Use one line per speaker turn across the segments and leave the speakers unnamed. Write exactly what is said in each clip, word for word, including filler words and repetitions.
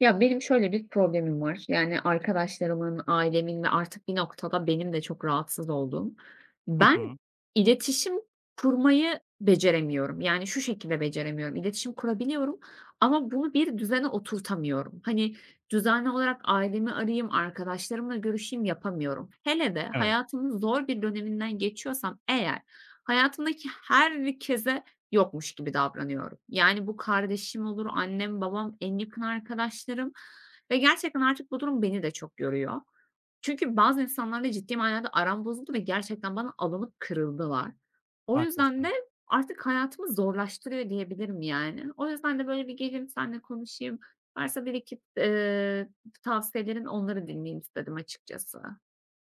Ya, benim şöyle bir problemim var. Yani, arkadaşlarımın, ailemin ve artık bir noktada benim de çok rahatsız olduğum.
Hı
Ben
hı.
iletişim kurmayı beceremiyorum. Yani, şu şekilde beceremiyorum. İletişim kurabiliyorum ama bunu bir düzene oturtamıyorum. Hani, düzenli olarak ailemi arayayım, arkadaşlarımla görüşeyim yapamıyorum. Hele de
Evet,
hayatımın zor bir döneminden geçiyorsam eğer hayatımdaki herkese yokmuş gibi davranıyorum. Yani bu kardeşim olur, annem, babam, en yakın arkadaşlarım ve gerçekten artık bu durum beni de çok yoruyor. Çünkü bazı insanlarla ciddi manada aram bozuldu ve gerçekten bana alınıp kırıldılar. O yüzden de
haklısın.
artık hayatımı zorlaştırıyor diyebilirim yani. O yüzden de böyle bir geleyim seninle konuşayım. Varsa bir iki, eee, tavsiyelerin onları dinleyeyim istedim açıkçası.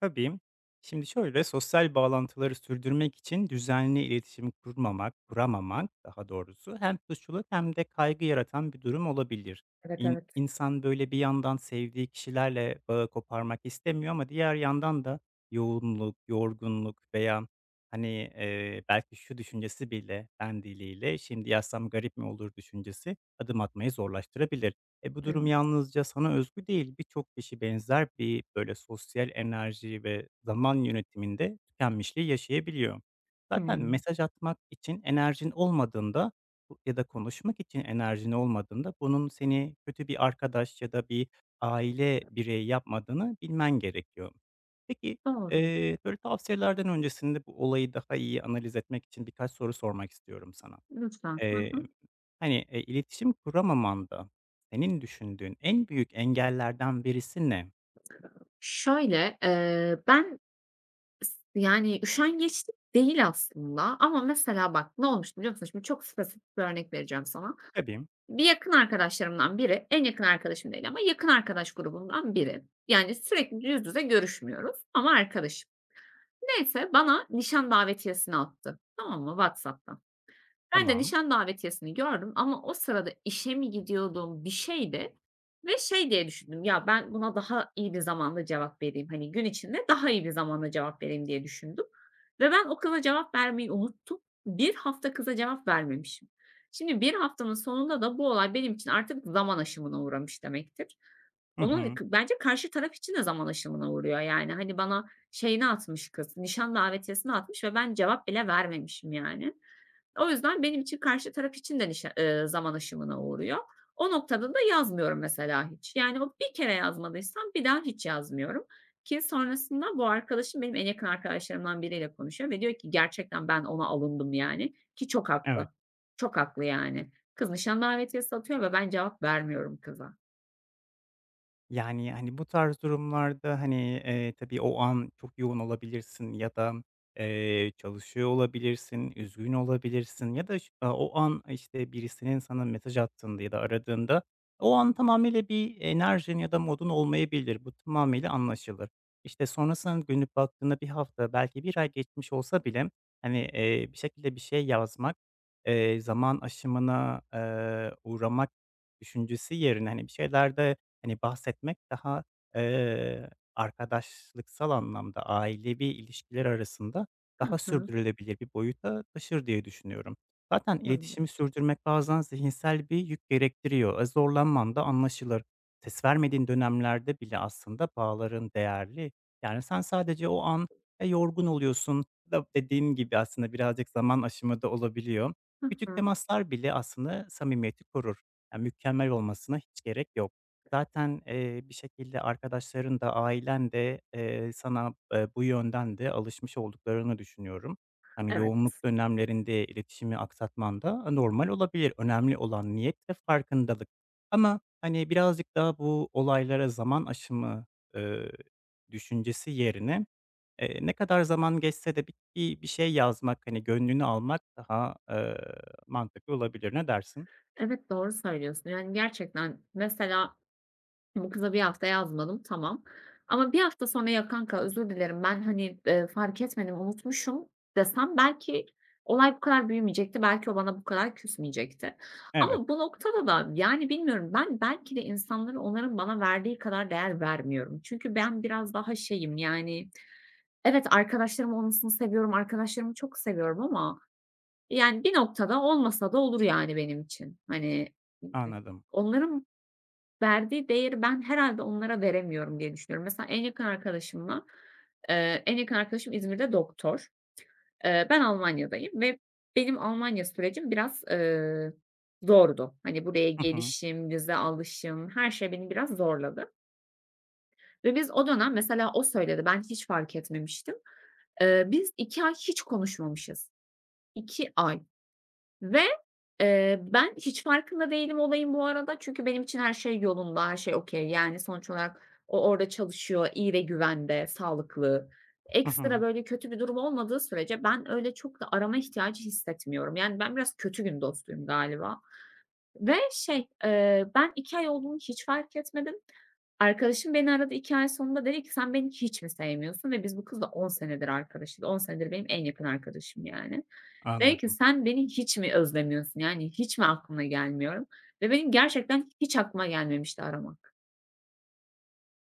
Tabii. Şimdi şöyle, sosyal bağlantıları sürdürmek için düzenli iletişim kurmamak, kuramamak daha doğrusu hem suçluluk hem de kaygı yaratan bir durum olabilir.
Evet,
İn,
evet.
insan böyle bir yandan sevdiği kişilerle bağı koparmak istemiyor ama diğer yandan da yoğunluk, yorgunluk veya hani eee, belki şu düşüncesi bile ben diliyle şimdi yazsam garip mi olur düşüncesi adım atmayı zorlaştırabilir. E, bu durum
Evet.
yalnızca sana özgü değil. Birçok kişi benzer bir böyle sosyal enerji ve zaman yönetiminde tükenmişliği yaşayabiliyor. Zaten
Hımm.
mesaj atmak için enerjin olmadığında bu- ya da konuşmak için enerjin olmadığında bunun seni kötü bir arkadaş ya da bir aile bireyi yapmadığını bilmen gerekiyor. Peki, e,
Doğru.
böyle tavsiyelerden öncesinde bu olayı daha iyi analiz etmek için birkaç soru sormak istiyorum sana.
Lütfen. Hı hı.
Hani, eee, iletişim kuramamanda senin düşündüğün en büyük engellerden birisi ne?
Şöyle, eee, ben yani, üşengeçlik değil aslında ama mesela bak ne olmuştu biliyor musun? Şimdi çok spesifik bir örnek vereceğim sana.
Tabii.
Bir yakın arkadaşlarımdan biri, en yakın arkadaşım değil ama yakın arkadaş grubumdan biri. Yani sürekli yüz yüze görüşmüyoruz ama arkadaşım. Neyse, bana nişan davetiyesini attı, tamam mı, WhatsApp'tan. Ben de
Tamam.
nişan davetiyesini gördüm ama o sırada işe mi gidiyordum, bir şeydi ve şey diye düşündüm, "Ya, ben buna daha iyi bir zamanda cevap vereyim, hani, gün içinde daha iyi bir zamanda cevap vereyim." diye düşündüm ve ben o kıza cevap vermeyi unuttum. Bir hafta kıza cevap vermemişim. Şimdi bir haftanın sonunda da bu olay benim için artık zaman aşımına uğramış demektir.
Hı
Onun
hı.
bence karşı taraf için de zaman aşımına uğruyor, yani, hani, bana şeyini atmış kız, nişan davetiyesini atmış ve ben cevap bile vermemişim, yani. O yüzden benim için karşı taraf için de nişa eee, zaman aşımına uğruyor. O noktada da yazmıyorum mesela hiç. Yani o bir kere yazmadıysam bir daha hiç yazmıyorum ki sonrasında bu arkadaşım benim en yakın arkadaşlarımdan biriyle konuşuyor ve diyor ki gerçekten ben ona alındım yani ki çok
Evet.
haklı. Çok haklı yani. Kız nişan davetiyesi atıyor ve ben cevap vermiyorum kıza.
Yani, hani, bu tarz durumlarda, hani, eee, tabii o an çok yoğun olabilirsin ya da, eee, çalışıyor olabilirsin, üzgün olabilirsin ya da ş a o an, işte, birisinin sana mesaj attığında ya da aradığında o an tamamıyla bir enerjin ya da modun olmayabilir. Bu tamamıyla anlaşılır. İşte, sonrasına dönüp baktığında bir hafta, belki bir ay geçmiş olsa bile, hani, eee, bir şekilde bir şey yazmak, eee, zaman aşımına, eee, uğramak düşüncesi yerine, hani, bir şeylerde hani, bahsetmek daha, eee, arkadaşlıksal anlamda, ailevi ilişkiler arasında
Hı
daha
hı.
sürdürülebilir bir boyuta taşır diye düşünüyorum. Zaten
Olabilir.
iletişimi sürdürmek bazen zihinsel bir yük gerektiriyor. E, zorlanman da anlaşılır. Ses vermediğin dönemlerde bile aslında bağların değerli. Yani, sen sadece o an, e, yorgun oluyorsun da dediğin gibi aslında birazcık zaman aşımı da olabiliyor.
Hı
Küçük
hı.
temaslar bile aslında samimiyeti korur. Yani mükemmel olmasına hiç gerek yok. Zaten, eee, bir şekilde arkadaşların da ailen de, eee, sana, eee, bu yönden de alışmış olduklarını düşünüyorum. Hani, yoğunluk
Evet.
dönemlerinde iletişimi aksatman da normal olabilir. Önemli olan niyet ve farkındalık. Ama, hani, birazcık daha bu olaylara zaman aşımı, eee, düşüncesi yerine, eee, ne kadar zaman geçse de bi bir bir şey yazmak, hani, gönlünü almak daha, eee, mantıklı olabilir. Ne dersin?
Evet, doğru söylüyorsun. Yani gerçekten mesela bu kıza bir hafta yazmadım, tamam. Ama bir hafta sonra "Ya kanka özür dilerim ben, hani, eee, fark etmedim, unutmuşum." desem belki olay bu kadar büyümeyecekti. Belki o bana bu kadar küsmeyecekti.
Evet,
Ama bu noktada da, yani, bilmiyorum, ben belki de insanları onların bana verdiği kadar değer vermiyorum. Çünkü ben biraz daha şeyim, yani, evet arkadaşlarım olmasını seviyorum, arkadaşlarımı çok seviyorum ama, yani, bir noktada olmasa da olur, yani, benim için. Hani,
anladım.
onların verdiği değeri ben herhâlde onlara veremiyorum diye düşünüyorum. Mesela en yakın arkadaşımla, eee, en yakın arkadaşım İzmir'de doktor. Eee, ben Almanya'dayım ve benim Almanya sürecim biraz, eee, zordu. Hani, buraya
Hı hı.
gelişim, vize alışım, her şey beni biraz zorladı ve biz o dönem mesela o söyledi, ben hiç fark etmemiştim. Eee, biz iki ay hiç konuşmamışız. iki ay. Ve, eee, ben hiç farkında değilim olayın bu arada çünkü benim için her şey yolunda, her şey okay. Yani, sonuç olarak o orada çalışıyor, iyi ve güvende, sağlıklı.
Hı
Ekstra
hı.
böyle kötü bir durum olmadığı sürece ben öyle çok da arama ihtiyacı hissetmiyorum. Yani, ben biraz kötü gün dostuyum galiba ve şey, eee, ben iki ay olduğunu hiç fark etmedim. Arkadaşım beni aradı iki ay sonunda dedi ki "Sen beni hiç mi sevmiyorsun?" ve biz bu kızla on senedir arkadaşız. On senedir benim en yakın arkadaşım yani. Dedim ki
Anladım.
sen beni hiç mi özlemiyorsun? Yani hiç mi aklına gelmiyorum? Ve benim gerçekten hiç aklıma gelmemişti aramak.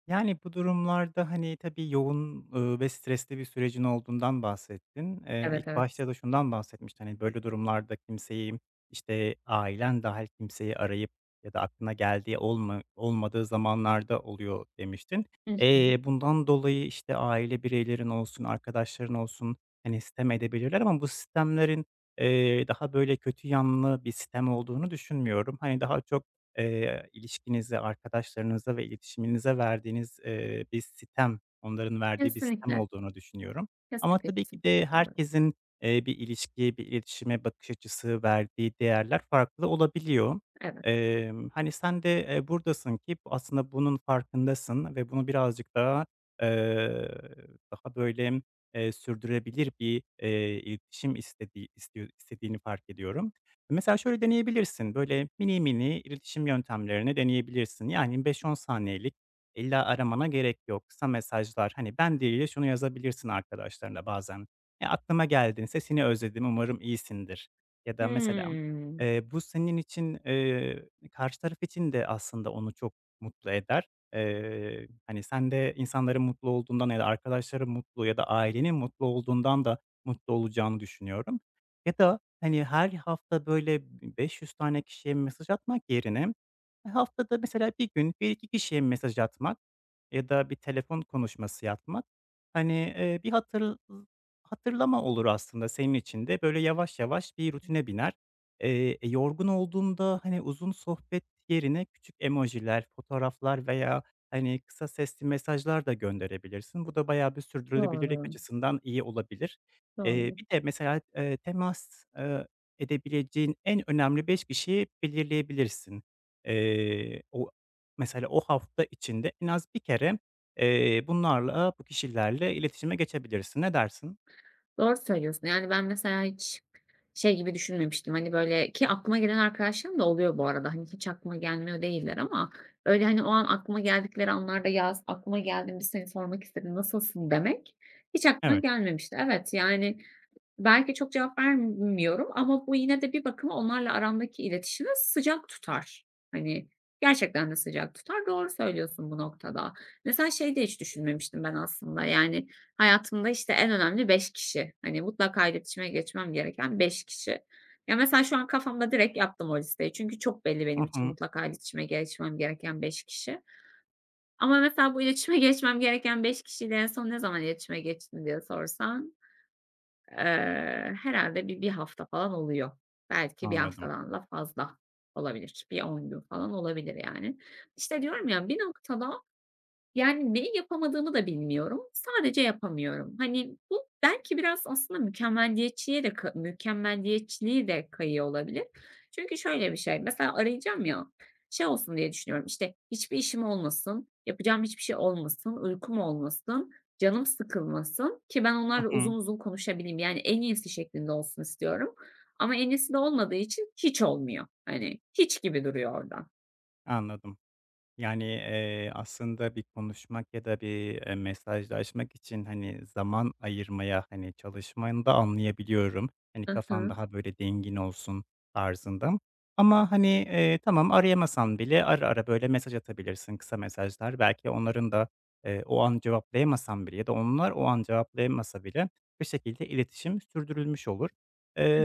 Yani, bu durumlarda, hani, tabii yoğun, ııı, ve stresli bir sürecin olduğundan bahsettin. Eee,
Evet,
ilk
evet.
başta da şundan bahsetmiştin, hani, böyle durumlarda kimseyi, işte, ailen dahil kimseyi arayıp ya da aklına geldiği olma olmadığı zamanlarda oluyor demiştin.
Hı hı.
Eee, bundan dolayı, işte, aile bireylerin olsun, arkadaşların olsun, hani, sitem edebilirler ama bu sistemlerin eee, daha böyle kötü yanlı bir sistem olduğunu düşünmüyorum. Hani, daha çok eee, ilişkinize, arkadaşlarınıza ve iletişiminize verdiğiniz, eee, bir sitem, onların verdiği bir sitem
Kesinlikle.
olduğunu düşünüyorum. Ama
Kesinlikle,
tabii ki
kesinlikle
de
katılıyorum.
herkesin, eee, bir ilişkiye, bir iletişime bakış açısı, verdiği değerler farklı olabiliyor.
Evet.
Emm, hani, sen de, eee, buradasın ki aslında bunun farkındasın ve bunu birazcık daha, eee, daha böyle, eee, sürdürebilir bir, eee, iletişim istediği istiyor istediğini fark ediyorum. Mesela şöyle deneyebilirsin, böyle mini mini iletişim yöntemlerini deneyebilirsin. Yani beş on saniyelik illa aramana gerek yok. Kısa mesajlar, hani ben değil de şunu yazabilirsin arkadaşlarına bazen. E, aklıma geldin, sesini özledim, umarım iyisindir. Ya da mesela
Hımm.
e, bu senin için, eee, karşı taraf için de aslında onu çok mutlu eder. Eee, hani sen de insanların mutlu olduğundan ya da arkadaşların mutlu ya da ailenin mutlu olduğundan da mutlu olacağını düşünüyorum. Ya da, hani, her hafta, böyle, b beş yüz tane kişiye mesaj atmak yerine, e, haftada mesela bir gün bir iki kişiye mesaj atmak ya da bir telefon konuşması yapmak, hani, eee, bir hatır hatırlama olur aslında senin için de. Böyle, yavaş yavaş bir rutine biner. Eee, e, yorgun olduğunda, hani, uzun sohbet yerine küçük emojiler, fotoğraflar veya, hani, kısa sesli mesajlar da gönderebilirsin. Bu da bayağı bir sürdürülebilirlik
Doğru,
açısından iyi olabilir. Eee,
doğru.
bir de mesela, eee, temas, eee, edebileceğin en önemli beş kişiyi belirleyebilirsin. Eee, o Mesela o hafta içinde en az bir kere, eee, bunlarla, bu kişilerle iletişime geçebilirsin. Ne dersin?
Doğru söylüyorsun. Yani ben mesela hiç şey gibi düşünmemiştim, hani, böyle ki aklıma gelen arkadaşlarım da oluyor bu arada. Hani, hiç aklıma gelmiyor değiller ama öyle, hani, o an aklıma geldikleri anlarda "Ya, aklıma geldin, bir seni sormak istedim, nasılsın?" demek hiç aklıma
Evet.
gelmemişti. Evet, yani belki çok cevap vermiyorum ama bu yine de bir bakıma onlarla aramdaki iletişimi sıcak tutar. Hani, gerçekten de sıcak tutar. Doğru söylüyorsun bu noktada. Mesela şeyi de hiç düşünmemiştim ben aslında, yani, hayatımda, işte, en önemli beş kişi. Hani, mutlaka iletişime geçmem gereken beş kişi. Ya, mesela şu an kafamda direkt yaptım o listeyi. Çünkü çok belli
Hı
benim için
hı.
mutlaka iletişime geçmem gereken beş kişi. Ama mesela bu iletişime geçmem gereken beş kişiyle en son ne zaman iletişime geçtim diye sorsan. Eee, herhâlde bir bir hafta falan oluyor. Belki bir
Anladım.
haftadan da fazla olabilir. Bir on gün falan olabilir yani. İşte diyorum ya, bir noktada yani, neyi yapamadığımı da bilmiyorum. Sadece yapamıyorum. Hani, bu belki biraz aslında mükemmeliyetçiye de ka mükemmeliyetçiliği de kayıyor olabilir. Çünkü şöyle bir şey, mesela arayacağım ya, şey olsun diye düşünüyorum, İşte hiçbir işim olmasın, yapacağım hiçbir şey olmasın, uykum olmasın, canım sıkılmasın ki ben
Hı
onlarla uzun
hı.
uzun konuşabileyim. Yani, en iyisi şeklinde olsun istiyorum ama en iyisi de olmadığı için hiç olmuyor. Hani, hiç gibi duruyor orada.
Anladım. Yani, eee, aslında bir konuşmak ya da bir, eee, mesajlaşmak için, hani, zaman ayırmaya, hani, çalışmanı da anlayabiliyorum. Hani,
I
kafan
hı.
daha böyle dingin olsun tarzında ama, hani, eee, tamam arayamasan bile ara ara böyle mesaj atabilirsin, kısa mesajlar. Belki onların da, eee, o an cevaplayamasan bile ya da onlar o an cevaplayamasa bile bir şekilde iletişim sürdürülmüş olur.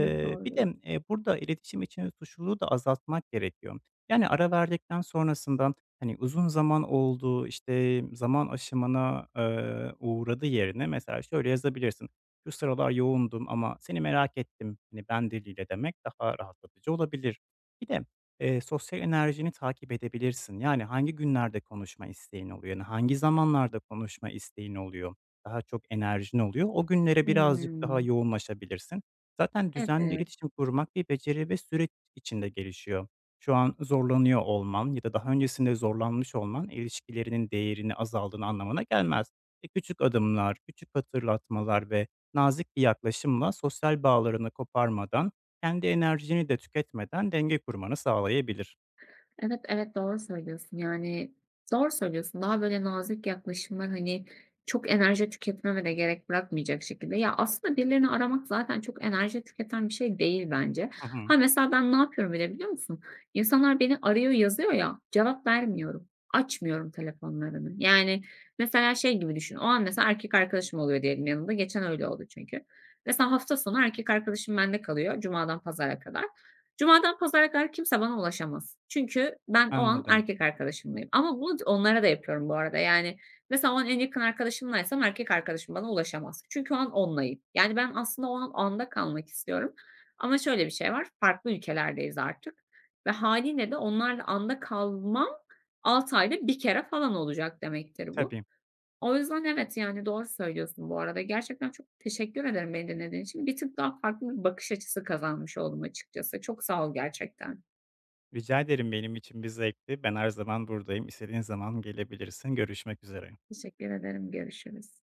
Evet,
Bir
doğru.
de, eee, burada iletişim için suçluluğu da azaltmak gerekiyor. Yani, ara verdikten sonrasında hani, uzun zaman oldu, işte, zaman aşımına, eee, uğradı yerine mesela şöyle yazabilirsin: "Şu sıralar yoğundum ama seni merak ettim." Hani, ben diliyle demek daha rahatlatıcı olabilir. Bir de, eee, sosyal enerjini takip edebilirsin. Yani, hangi günlerde konuşma isteğin oluyor? Yani, hangi zamanlarda konuşma isteğin oluyor? Daha çok enerjin oluyor. O günlere birazcık daha
Hımm.
yoğunlaşabilirsin. Zaten düzenli
Evet.
iletişim kurmak bir beceri ve süreç içinde gelişiyor. Şu an zorlanıyor olman ya da daha öncesinde zorlanmış olman ilişkilerinin değerini azaldığını anlamına gelmez. E, küçük adımlar, küçük hatırlatmalar ve nazik bir yaklaşımla sosyal bağlarını koparmadan, kendi enerjini de tüketmeden denge kurmanı sağlayabilir.
Evet, evet, doğru söylüyorsun. Yani, doğru söylüyorsun. Daha böyle nazik yaklaşımlar, hani, çok enerji tüketmeme de gerek bırakmayacak şekilde. Ya, aslında birilerini aramak zaten çok enerji tüketen bir şey değil bence.
Hı hı,
Ha, mesela ben ne yapıyorum bile biliyor musun? İnsanlar beni arıyor, yazıyor ya, cevap vermiyorum. Açmıyorum telefonlarını. Yani, mesela şey gibi düşün, o an mesela erkek arkadaşım oluyor diyelim yanımda. Geçen öyle oldu çünkü. Mesela hafta sonu erkek arkadaşım bende kalıyor cumadan pazara kadar. Cumadan pazara kadar kimse bana ulaşamaz. Çünkü ben o an
anladım.
erkek arkadaşımlayım ama bunu onlara da yapıyorum bu arada. Yani, mesela o an en yakın arkadaşımlaysam erkek arkadaşım bana ulaşamaz. Çünkü o an onlayım. Yani, ben aslında o an anda kalmak istiyorum ama şöyle bir şey var, farklı ülkelerdeyiz artık ve hâliyle de onlarla anda kalmam altı ayda bir kere falan olacak demektir bu.
Tabii.
O yüzden evet, yani, doğru söylüyorsun bu arada. Gerçekten çok teşekkür ederim beni dinlediğin için. Bir tık daha farklı bir bakış açısı kazanmış oldum açıkçası. Çok sağ ol gerçekten.
Rica ederim, benim için bir zevkti. Ben her zaman buradayım. İstediğin zaman gelebilirsin. Görüşmek üzere.
Teşekkür ederim. Görüşürüz.